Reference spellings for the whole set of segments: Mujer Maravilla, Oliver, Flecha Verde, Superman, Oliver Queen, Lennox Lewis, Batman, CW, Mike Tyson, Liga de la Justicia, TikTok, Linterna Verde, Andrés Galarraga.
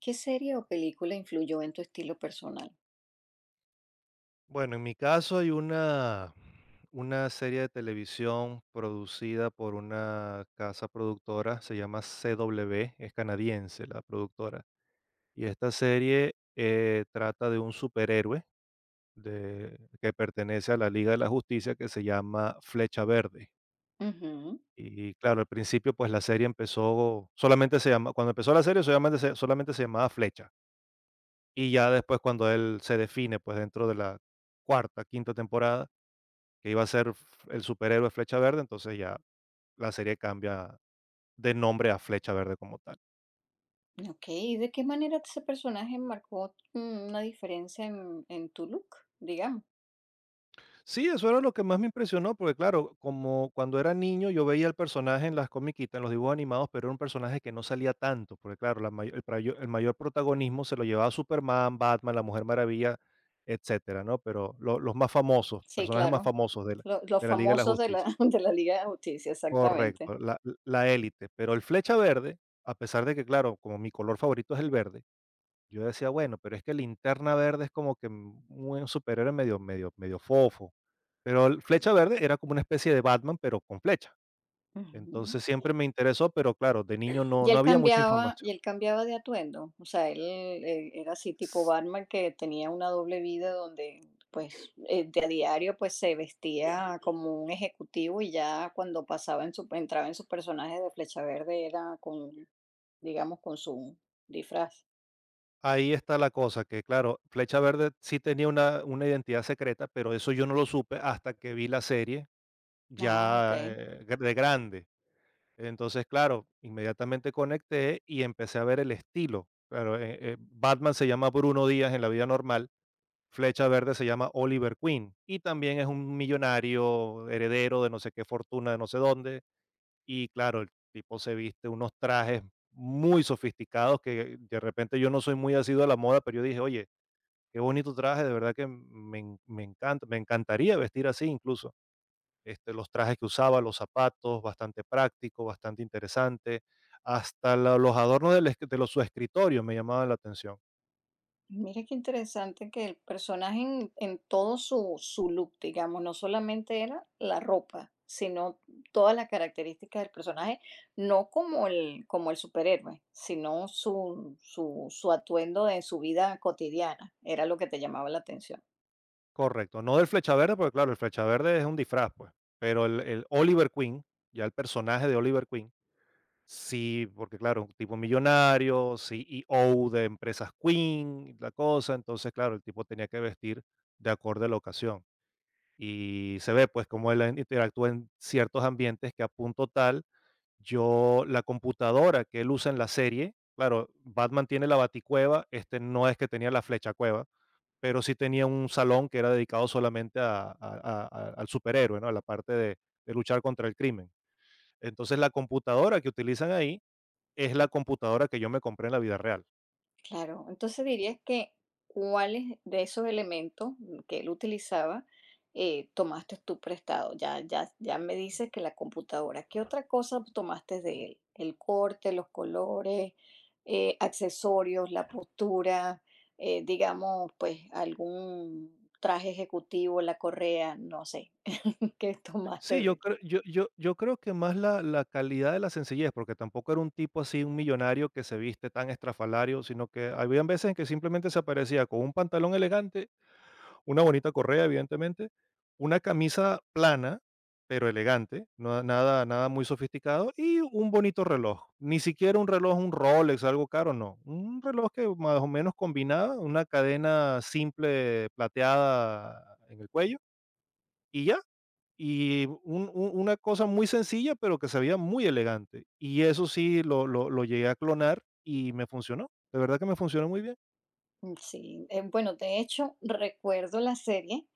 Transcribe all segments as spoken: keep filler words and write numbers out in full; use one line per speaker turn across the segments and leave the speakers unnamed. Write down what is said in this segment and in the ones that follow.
¿Qué serie o película influyó en tu estilo personal?
Bueno, en mi caso hay una, una serie de televisión producida por una casa productora, se llama C W, es canadiense la productora. Y esta serie eh, trata de un superhéroe de- que pertenece a la Liga de la Justicia que se llama Flecha Verde.
Ujú,
Y claro, al principio pues la serie empezó, solamente se llama, cuando empezó la serie solamente se, solamente se llamaba Flecha. Y ya después cuando él se define pues dentro de la cuarta, quinta temporada que iba a ser f el superhéroe Flecha Verde, entonces ya la serie cambia de nombre a Flecha Verde como tal.
ok. ¿Y de qué manera ese personaje marcó mm, una diferencia en, en tu look, digamos?
Sí, eso era lo que más me impresionó, porque claro, como cuando era niño yo veía el personaje en las comiquitas, en los dibujos animados, pero era un personaje que no salía tanto, porque claro, la mayo el prayo el mayor protagonismo se lo llevaba Superman, Batman, la Mujer Maravilla, etcétera, ¿no? Pero lo los más famosos,
Sí,
personajes más
claro.
famosos de la
Lo- los
de la Liga de la
famosos de la,
Justicia.
de la Liga de la Justicia, exactamente.
Correcto, la la élite, pero el Flecha Verde, a pesar de que, claro, como mi color favorito es el verde, Yo decía, bueno, pero es que Linterna Verde es como que un un superhéroe medio medio medio fofo, pero el Flecha Verde era como una especie de Batman, pero con flecha.
Ujú.
Entonces, siempre me interesó, pero claro, de niño no
Y
no
él
había mucha
cambiaba, y
información.
él cambiaba de atuendo, o sea, él, eh, era así tipo
S-
Batman que tenía una doble vida donde pues eh, de a diario pues se vestía como un ejecutivo y ya cuando pasaba en su, entraba en su personaje de Flecha Verde era con, digamos, con su disfraz.
Ahí está la cosa, que claro, Flecha Verde sí tenía una una identidad secreta, pero eso yo no lo supe hasta que vi la serie
Ah, ok.
ya, eh, gr de grande. Entonces, claro, inmediatamente conecté y empecé a ver el estilo. Claro, eh eh, Batman se llama Bruno Díaz en la vida normal, Flecha Verde se llama Oliver Queen y también es un millonario heredero de no sé qué fortuna, de no sé dónde. Y claro, el tipo se viste unos trajes muy sofisticados que de repente yo no soy muy asiduo a la moda, pero yo dije, oye, qué bonito traje, de verdad que me, en- me encanta, me encantaría vestir así incluso. Este, los trajes que usaba, los zapatos, bastante práctico, bastante interesante. Hasta la- los adornos del es- de los, su escritorio me llamaban la atención.
Mira qué interesante que el personaje en, en todo su, su look, digamos, no solamente era la ropa, sino todas las características del personaje, no como el, como el superhéroe, sino su, su, su atuendo de su vida cotidiana, era lo que te llamaba la atención.
Correcto, no del Flecha Verde, porque claro, el Flecha Verde es un disfraz, pues, pero el el Oliver Queen, ya el personaje de Oliver Queen, sí, porque claro, un tipo millonario, C E O de empresas Queen, la cosa, entonces, claro, el tipo tenía que vestir de acorde a la ocasión. Y se ve, pues, cómo él en interactúa en ciertos ambientes que a punto tal, yo la computadora que él usa en la serie, claro, Batman tiene la Baticueva, este no es que tenía la flecha cueva pero sí tenía un salón que era dedicado solamente a a a a al superhéroe, ¿no? A la parte de de luchar contra el crimen. Entonces, la computadora que utilizan ahí es la computadora que yo me compré en la vida real.
Claro, entonces dirías que cuáles de esos elementos mm, que él utilizaba eh, tomaste tú prestado. Ya, ya, ya me dices que la computadora. ¿Qué otra cosa tomaste de él? El corte, los colores, eh, accesorios, la postura, eh, digamos, pues algún traje ejecutivo, la correa, no sé, ¿qué tomaste
Sí,
de
yo
él?
creo yo yo yo creo que más la la calidad de la sencillez, porque tampoco era un tipo así, un millonario que se viste tan estrafalario, sino que había veces en que simplemente se aparecía con un pantalón elegante, una bonita correa, evidentemente, una camisa plana, pero elegante, no- nada, nada muy sofisticado, y un bonito reloj. Ni siquiera un reloj, un Rolex, algo caro, no. Un reloj que más o menos combinaba, una cadena simple plateada en el cuello, y ya. Y un- un- una cosa muy sencilla, pero que se veía muy elegante. Y eso sí, lo, lo, lo llegué a clonar y me funcionó. De verdad que me funcionó muy bien.
Mm, Sí, eh, bueno, de hecho, recuerdo la serie.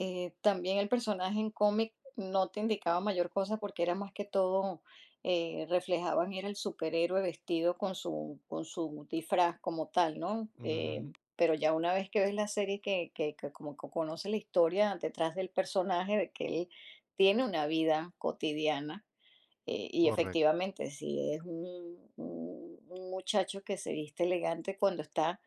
eh, También el personaje en cómic no te indicaba mayor cosa porque era más que todo, eh, reflejaban, era el superhéroe vestido con su, con su disfraz como tal, ¿no? Eh,
Ujú.
pero ya una vez que ves la serie, que, que, que como que conoces la historia detrás del personaje, de que él tiene una vida cotidiana, eh, y
Correcto.
efectivamente, si es un un- un muchacho que se viste elegante cuando está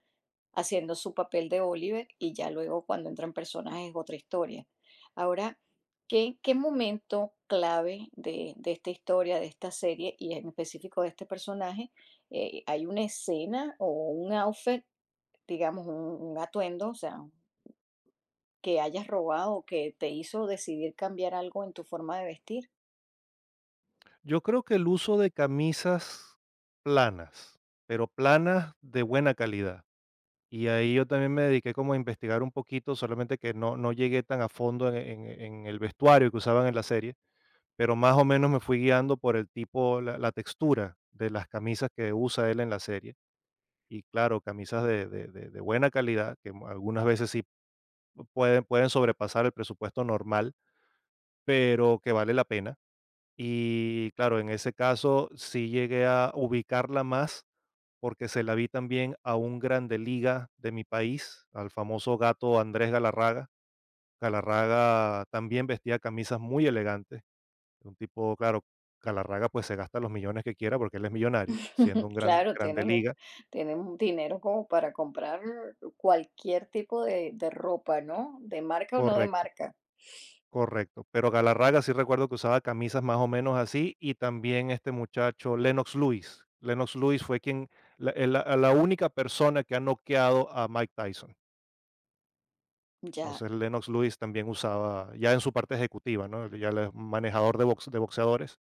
haciendo su papel de Oliver y ya luego cuando entran personas es otra historia. Ahora, ¿qué, qué momento clave de, de esta historia, de esta serie y en específico de este personaje, eh, hay una escena o un outfit, digamos, un, un atuendo, o sea, que hayas robado o que te hizo decidir cambiar algo en tu forma de vestir?
Yo creo que el uso de camisas planas, pero planas de buena calidad. Y ahí yo también me dediqué como a investigar un poquito, solamente que no, no llegué tan a fondo en, en- en el vestuario que usaban en la serie, pero más o menos me fui guiando por el tipo, la, la textura de las camisas que usa él en la serie. Y claro, camisas de, de- de- de buena calidad, que algunas veces sí pueden, pueden sobrepasar el presupuesto normal, pero que vale la pena, y claro, en ese caso sí llegué a ubicarla más porque se la vi también a un grande liga de mi país, al famoso gato Andrés Galarraga. Galarraga también vestía camisas muy elegantes. Un tipo, claro, Galarraga pues se gasta los millones que quiera porque él es millonario, siendo un gran
Claro,
grande
tienen, un-
liga.
tienen un dinero como para comprar cualquier tipo de, de ropa, ¿no? De marca o no de
Correcto.
marca.
Correcto, pero Galarraga sí recuerdo que usaba camisas más o menos así y también este muchacho Lennox Lewis. Lennox Lewis fue quien la, el- la- la única persona que ha noqueado a Mike Tyson.
Ya.
Entonces Lennox Lewis también usaba, ya en su parte ejecutiva, ¿no? Él Ya él es manejador de, box, de boxeadores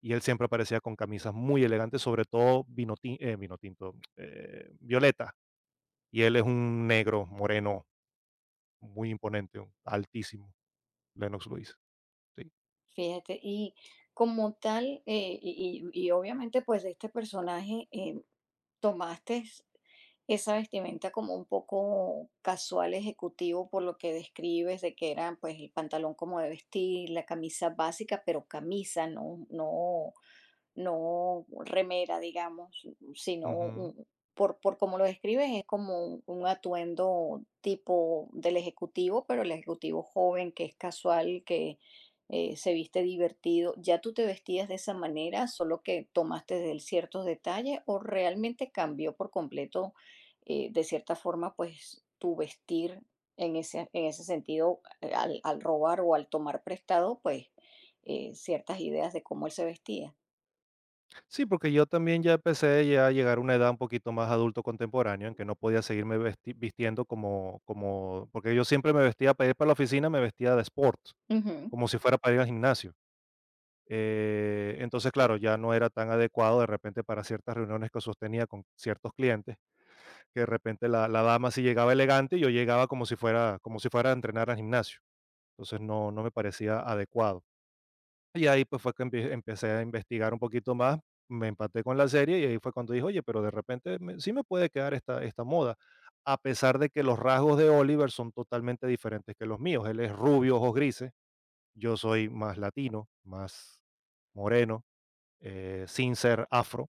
y él siempre aparecía con camisas muy elegantes, sobre todo vino, tin- eh, vino tinto, eh, violeta. Y él es un negro moreno muy imponente, un- altísimo, Lennox Lewis. Sí.
Fíjate, y como tal, eh, y, y- y obviamente pues de este personaje eh, tomaste esa vestimenta como un poco casual ejecutivo por lo que describes de que era pues el pantalón como de vestir, la camisa básica, pero camisa, no, no no remera, digamos, sino
Ujú.
un- por, por cómo lo describes, es como un, un atuendo tipo del ejecutivo, pero el ejecutivo joven que es casual, que eh, se viste divertido. ¿Ya tú te vestías de esa manera, solo que tomaste de él ciertos detalles o realmente cambió por completo, eh, de cierta forma, pues tu vestir en ese, en ese sentido al, al robar o al tomar prestado, pues eh, ciertas ideas de cómo él se vestía?
Sí, porque yo también ya empecé ya a llegar a una edad un poquito más adulto contemporáneo en que no podía seguirme vesti- vistiendo como, como, porque yo siempre me vestía para ir para la oficina, me vestía de sport,
Ujú.
como si fuera para ir al gimnasio. Eh, entonces, claro, ya no era tan adecuado de repente para ciertas reuniones que sostenía con ciertos clientes, que de repente la, la dama sí llegaba elegante y yo llegaba como si fuera, como si fuera a entrenar al gimnasio. Entonces no, no me parecía adecuado. Y ahí, pues, fue que empe empecé a investigar un poquito más, me empaté con la serie, y ahí fue cuando dije: "Oye, pero de repente me sí me puede quedar esta esta moda", a pesar de que los rasgos de Oliver son totalmente diferentes que los míos. Él es rubio, ojos grises, yo soy más latino, más moreno, eh, sin ser afro,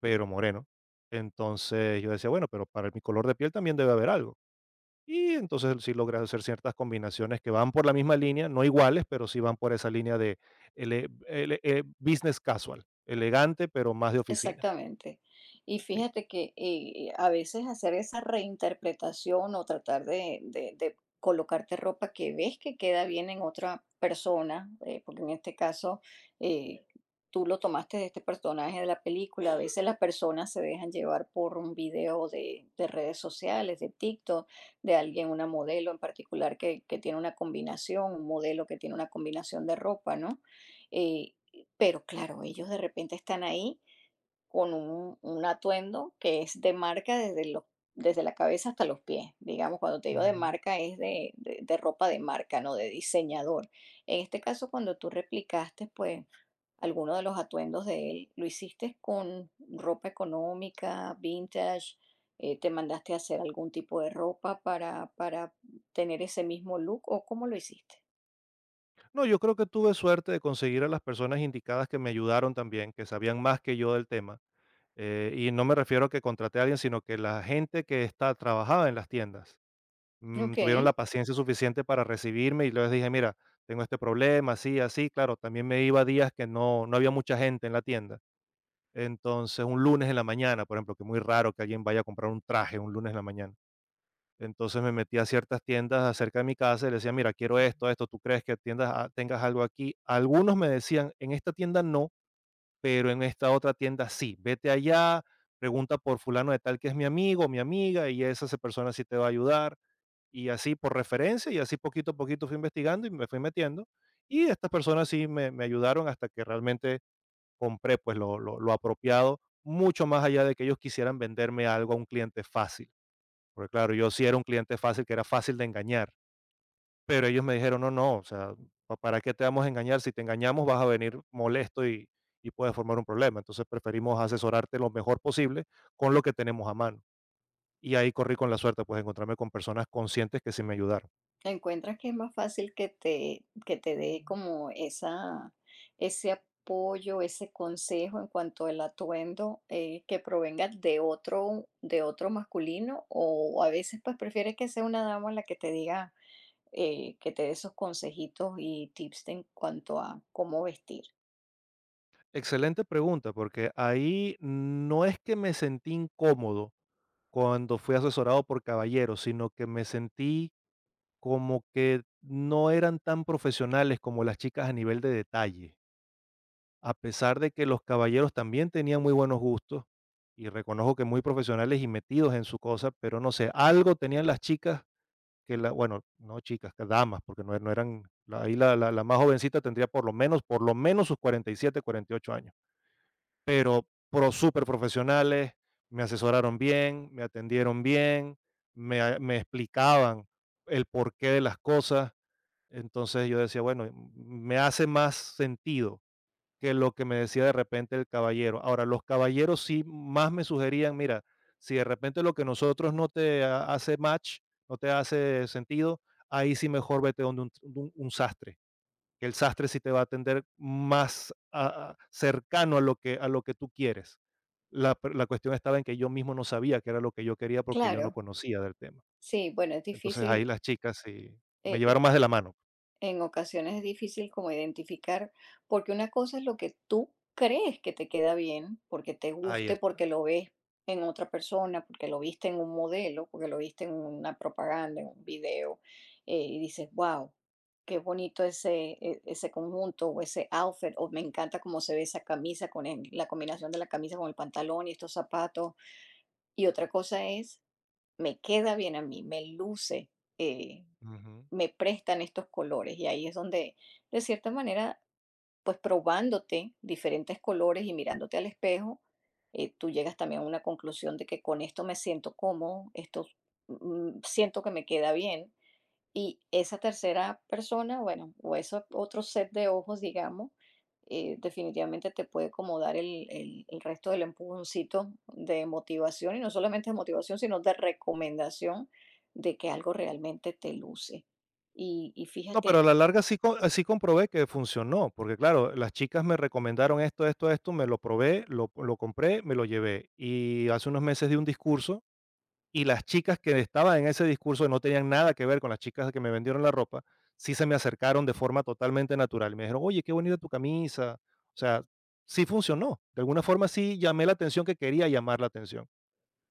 pero moreno. Entonces, yo decía: "Bueno, pero para mi color de piel también debe haber algo". Y entonces sí logras hacer ciertas combinaciones que van por la misma línea, no iguales, pero sí van por esa línea de ele- ele- eh, business casual, elegante, pero más de oficina.
Exactamente. Y
Sí.
fíjate que eh, a veces hacer esa reinterpretación o tratar de, de- de colocarte ropa que ves que queda bien en otra persona, eh, porque en este caso eh, tú lo tomaste de este personaje de la película, a veces las personas se dejan llevar por un video de, de redes sociales, de TikTok, de alguien, una modelo en particular que, que tiene una combinación, un modelo que tiene una combinación de ropa, ¿no? Eh, pero claro, ellos de repente están ahí con un, un atuendo que es de marca desde los, desde la cabeza hasta los pies. Digamos, cuando te digo de
Ujú.
marca es de, de- de ropa de marca, no de diseñador. En este caso, cuando tú replicaste, pues, alguno de los atuendos de él, lo hiciste con ropa económica, vintage, eh, te mandaste a hacer algún tipo de ropa para, para tener ese mismo look o cómo lo hiciste.
No, yo creo que tuve suerte de conseguir a las personas indicadas que me ayudaron también, que sabían más que yo del tema. Eh, y no me refiero a que contraté a alguien, sino que la gente que está, trabajaba en las tiendas mm,
Ok,
tuvieron la paciencia suficiente para recibirme y les dije, mira, tengo este problema, así, así. Claro, también me iba días que no, no había mucha gente en la tienda. Entonces, un lunes en la mañana, por ejemplo, que es muy raro que alguien vaya a comprar un traje un lunes en la mañana. Entonces me metí a ciertas tiendas cerca de mi casa y le decía, mira, quiero esto, esto, ¿tú crees que tiendas, ah, tengas algo aquí? Algunos me decían, en esta tienda no, pero en esta otra tienda sí. Vete allá, pregunta por fulano de tal que es mi amigo, mi amiga, y esa, esa persona sí te va a ayudar. Y así por referencia, y así poquito a poquito fui investigando y me fui metiendo. Y estas personas sí me, me ayudaron hasta que realmente compré, pues, lo lo lo apropiado, mucho más allá de que ellos quisieran venderme algo a un cliente fácil. Porque, claro, yo sí era un cliente fácil, que era fácil de engañar, pero ellos me dijeron: "No, no, o sea, ¿pa para qué te vamos a engañar? Si te engañamos, vas a venir molesto y y puedes formar un problema. Entonces, preferimos asesorarte lo mejor posible con lo que tenemos a mano". Y ahí corrí con la suerte, pues, encontrarme con personas conscientes que sí me ayudaron.
¿encuentras que es más fácil que te, que te dé como esa, ese apoyo, ese consejo en cuanto al atuendo eh, que provenga de otro, de otro masculino? O a veces pues prefieres que sea una dama la que te diga, eh, que te dé esos consejitos y tips en cuanto a cómo vestir.
Excelente pregunta, porque ahí no es que me sentí incómodo cuando fui asesorado por caballeros, sino que me sentí como que no eran tan profesionales como las chicas a nivel de detalle, a pesar de que los caballeros también tenían muy buenos gustos y reconozco que muy profesionales y metidos en su cosa, pero no sé, algo tenían las chicas que la, bueno, no chicas, que damas, porque no, no eran, la- ahí la, la la más jovencita tendría por lo menos, por lo menos sus cuarenta cuarenta y siete, cuarenta y ocho años, pero pro súper profesionales, me asesoraron bien, me atendieron bien, me, a- me explicaban el porqué de las cosas. Entonces yo decía, bueno, m- me hace más sentido que lo que me decía de repente el caballero. Ahora, los caballeros sí más me sugerían, mira, si de repente lo que nosotros no te ha- hace match, no te hace sentido, ahí sí mejor vete donde un, un un sastre, que el sastre sí te va a atender más a- a- cercano a lo que, a lo que tú quieres. La, pr- la cuestión estaba en que yo mismo no sabía qué era lo que yo quería porque yo no
Claro,
conocía del tema.
sí, bueno, es
Entonces ahí
difícil.
las chicas sí me
eh,
llevaron más de la mano.
En ocasiones es difícil como identificar, porque una cosa es lo que tú crees que te queda bien, porque te
Ahí
guste,
está.
porque lo ves en otra persona, porque lo viste en un modelo, porque lo viste en una propaganda, en un video, eh, y dices, wow, qué bonito ese, e- ese conjunto o ese outfit, o me encanta cómo se ve esa camisa con el- la combinación de la camisa con el pantalón y estos zapatos. Y otra cosa es, me queda bien a mí, me luce. eh,
Ujú.
Me prestan estos colores. Y ahí es donde, de cierta manera, pues probándote diferentes colores y mirándote al espejo, eh, tú llegas también a una conclusión de que con esto me siento cómodo, esto mm, siento que me queda bien. Y esa tercera persona, bueno, o ese otro set de ojos, digamos, eh, definitivamente te puede como dar el, el- el resto del empujoncito de motivación, y no solamente de motivación, sino de recomendación de que algo realmente te luce. Y, y
No, pero
fíjate,
a la larga sí, co- sí comprobé que funcionó, porque claro, las chicas me recomendaron esto, esto, esto, me lo probé, lo, lo compré, me lo llevé. Y hace unos meses di un discurso. Y las chicas que estaban en ese discurso, no tenían nada que ver con las chicas que me vendieron la ropa, sí se me acercaron de forma totalmente natural. Me dijeron, oye, qué bonita tu camisa. O sea, sí funcionó. De alguna forma sí llamé la atención que quería llamar la atención,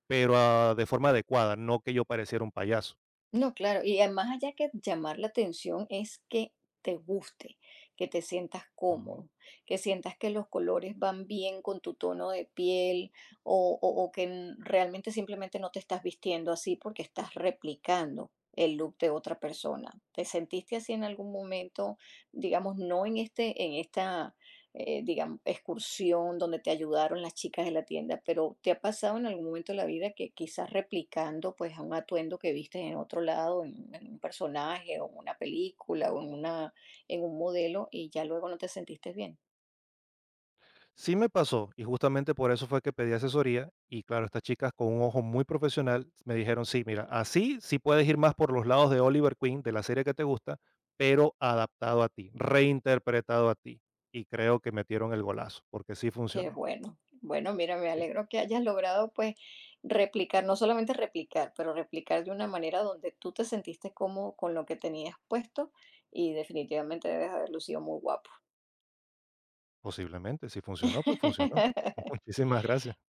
pero ah, de forma adecuada, no que yo pareciera un payaso.
no, claro, y a más allá que llamar la atención es que te guste, que te sientas
Ujú.
cómodo, que sientas que los colores van bien con tu tono de piel o, o- o que n- realmente simplemente no te estás vistiendo así porque estás replicando el look de otra persona. ¿Te sentiste así en algún momento, digamos, no en este, en esta eh, digamos, excursión donde te ayudaron las chicas de la tienda, pero ¿te ha pasado en algún momento de la vida que quizás replicando pues a un atuendo que viste en otro lado, en, en un personaje o en una película o en una, en un modelo y ya luego no te sentiste bien?
Sí me pasó y justamente por eso fue que pedí asesoría y claro, estas chicas con un ojo muy profesional me dijeron, sí, mira, así sí puedes ir más por los lados de Oliver Queen, de la serie que te gusta, pero adaptado a ti, reinterpretado a ti. Y creo que metieron el golazo, porque sí
Qué
funcionó.
bueno. Bueno, mira, me
Sí,
alegro que hayas logrado pues replicar, no solamente replicar, pero replicar de una manera donde tú te sentiste cómodo con lo que tenías puesto y definitivamente debes haber lucido muy guapo.
posiblemente, si funcionó, pues funcionó. Muchísimas gracias.